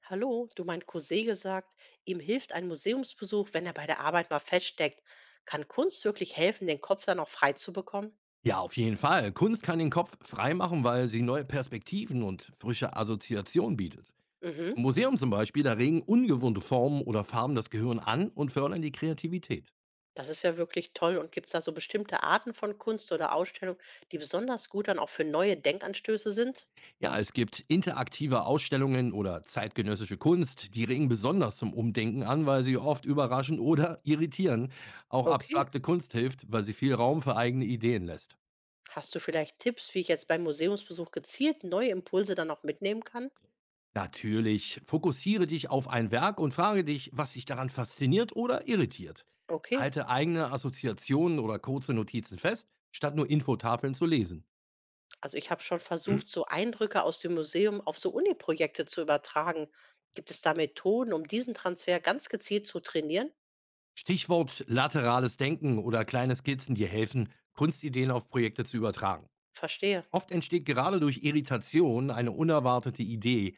Hallo, du mein Cousin gesagt, ihm hilft ein Museumsbesuch, wenn er bei der Arbeit mal feststeckt. Kann Kunst wirklich helfen, den Kopf dann auch frei zu bekommen? Ja, auf jeden Fall. Kunst kann den Kopf freimachen, weil sie neue Perspektiven und frische Assoziationen bietet. Mhm, Im Museum zum Beispiel, da regen ungewohnte Formen oder Farben das Gehirn an und fördern die Kreativität. das ist ja wirklich toll. Und gibt es da so bestimmte Arten von Kunst oder Ausstellungen, die besonders gut dann auch für neue Denkanstöße sind? Ja, es gibt interaktive Ausstellungen oder zeitgenössische Kunst, die regen besonders zum Umdenken an, weil sie oft überraschen oder irritieren. Auch Okay. abstrakte Kunst hilft, weil sie viel Raum für eigene Ideen lässt. Hast du vielleicht Tipps, wie ich jetzt beim Museumsbesuch gezielt neue Impulse dann auch mitnehmen kann? Natürlich. Fokussiere dich auf ein Werk und frage dich, was dich daran fasziniert oder irritiert. Okay. Halte eigene Assoziationen oder kurze Notizen fest, statt nur Infotafeln zu lesen. Also ich habe schon versucht, so Eindrücke aus dem Museum auf so Uni-Projekte zu übertragen. Gibt es da Methoden, um diesen Transfer ganz gezielt zu trainieren? Stichwort laterales Denken oder kleine Skizzen dir helfen, Kunstideen auf Projekte zu übertragen. Verstehe. Oft entsteht gerade durch Irritation eine unerwartete Idee.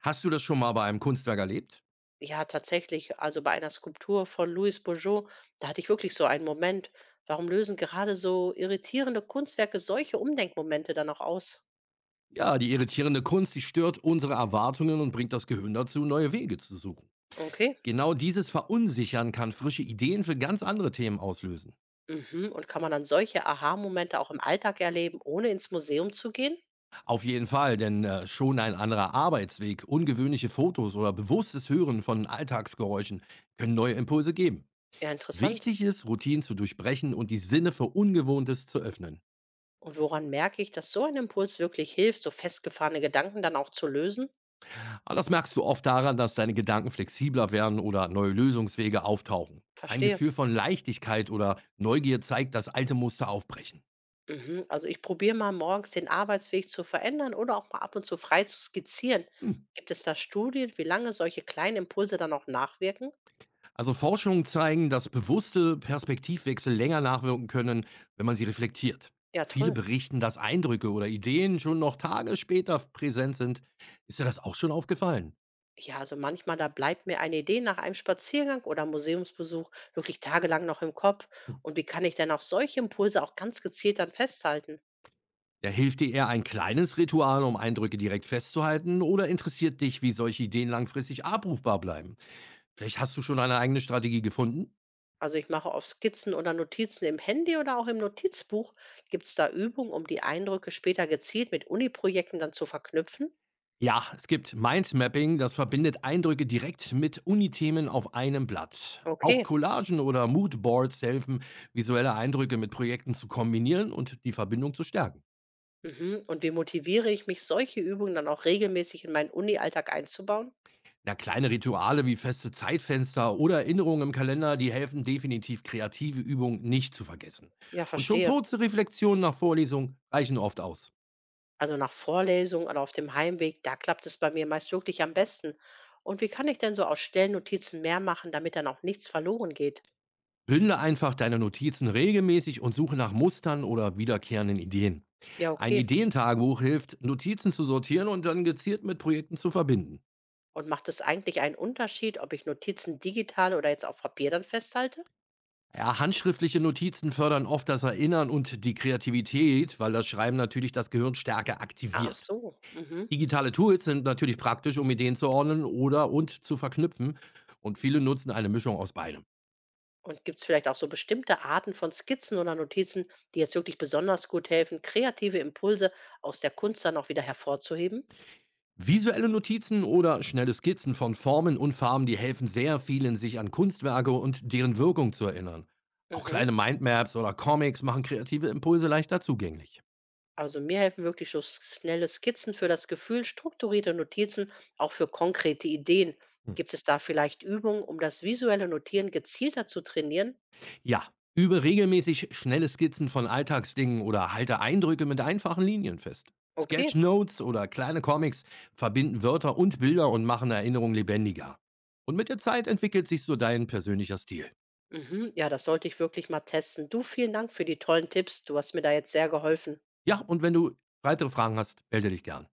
Hast du das schon mal bei einem Kunstwerk erlebt? Ja, tatsächlich. Also bei einer Skulptur von Louis Bourgeot, da hatte ich wirklich so einen Moment. Warum lösen gerade so irritierende Kunstwerke solche Umdenkmomente dann auch aus? Ja, die irritierende Kunst, die stört unsere Erwartungen und bringt das Gehirn dazu, neue Wege zu suchen. Okay. Genau dieses Verunsichern kann frische Ideen für ganz andere Themen auslösen. Mhm. Und kann man dann solche Aha-Momente auch im Alltag erleben, ohne ins Museum zu gehen? Auf jeden Fall, denn schon ein anderer Arbeitsweg, ungewöhnliche Fotos oder bewusstes Hören von Alltagsgeräuschen können neue Impulse geben. Ja, interessant. Wichtig ist, Routinen zu durchbrechen und die Sinne für Ungewohntes zu öffnen. Und woran merke ich, dass so ein Impuls wirklich hilft, so festgefahrene Gedanken dann auch zu lösen? Aber das merkst du oft daran, dass deine Gedanken flexibler werden oder neue Lösungswege auftauchen. Ein Verstehe. Gefühl von Leichtigkeit oder Neugier zeigt, dass alte Muster aufbrechen. Mhm. Also ich probiere mal morgens den Arbeitsweg zu verändern oder auch mal ab und zu frei zu skizzieren. Hm. Gibt es da Studien, wie lange solche kleinen Impulse dann auch nachwirken? Also Forschungen zeigen, dass bewusste Perspektivwechsel länger nachwirken können, wenn man sie reflektiert. Ja, Viele toll. berichten, dass Eindrücke oder Ideen schon noch Tage später präsent sind. Ist dir das auch schon aufgefallen? Ja, also manchmal, da bleibt mir eine Idee nach einem Spaziergang oder Museumsbesuch wirklich tagelang noch im Kopf. Hm. Und wie kann ich denn auch solche Impulse auch ganz gezielt dann festhalten? Ja, hilft dir eher ein kleines Ritual, um Eindrücke direkt festzuhalten, oder interessiert dich, wie solche Ideen langfristig abrufbar bleiben? Vielleicht hast du schon eine eigene Strategie gefunden? Also ich mache auf Skizzen oder Notizen im Handy oder auch im Notizbuch. Gibt es da Übungen, um die Eindrücke später gezielt mit Uni-Projekten dann zu verknüpfen? Ja, es gibt Mindmapping, das verbindet Eindrücke direkt mit Unithemen auf einem Blatt. Auch Okay. Collagen oder Moodboards helfen, visuelle Eindrücke mit Projekten zu kombinieren und die Verbindung zu stärken. Mhm. Und wie motiviere ich mich, solche Übungen dann auch regelmäßig in meinen Uni-Alltag einzubauen? Na, kleine Rituale wie feste Zeitfenster oder Erinnerungen im Kalender, die helfen definitiv, kreative Übungen nicht zu vergessen. Ja, Und schon verstehe. kurze Reflexionen nach Vorlesung reichen oft aus. Also nach Vorlesung oder auf dem Heimweg, da klappt es bei mir meist wirklich am besten. Und wie kann ich denn so aus Stellnotizen mehr machen, damit dann auch nichts verloren geht? Bündle einfach deine Notizen regelmäßig und suche nach Mustern oder wiederkehrenden Ideen. Ja, Ein okay. Ideentagebuch hilft, Notizen zu sortieren und dann gezielt mit Projekten zu verbinden. Und macht es eigentlich einen Unterschied, ob ich Notizen digital oder jetzt auf Papier dann festhalte? Ja, handschriftliche Notizen fördern oft das Erinnern und die Kreativität, weil das Schreiben natürlich das Gehirn stärker Ach aktiviert. so. Mhm. Digitale Tools sind natürlich praktisch, um Ideen zu ordnen oder und zu verknüpfen und viele nutzen eine Mischung aus beidem. Und gibt es vielleicht auch so bestimmte Arten von Skizzen oder Notizen, die jetzt wirklich besonders gut helfen, kreative Impulse aus der Kunst dann auch wieder hervorzuheben? Visuelle Notizen oder schnelle Skizzen von Formen und Farben, die helfen sehr vielen, sich an Kunstwerke und deren Wirkung zu erinnern. Auch Mhm. kleine Mindmaps oder Comics machen kreative Impulse leichter zugänglich. Also mir helfen wirklich so schnelle Skizzen für das Gefühl, strukturierte Notizen auch für konkrete Ideen. Hm. Gibt es da vielleicht Übungen, um das visuelle Notieren gezielter zu trainieren? Ja, übe regelmäßig schnelle Skizzen von Alltagsdingen oder halte Eindrücke mit einfachen Linien fest. Okay. Sketchnotes oder kleine Comics verbinden Wörter und Bilder und machen Erinnerungen lebendiger. Und mit der Zeit entwickelt sich so dein persönlicher Stil. Mhm. Ja, das sollte ich wirklich mal testen. Du, vielen Dank für die tollen Tipps. Du hast mir da jetzt sehr geholfen. Ja, und wenn du weitere Fragen hast, melde dich gern.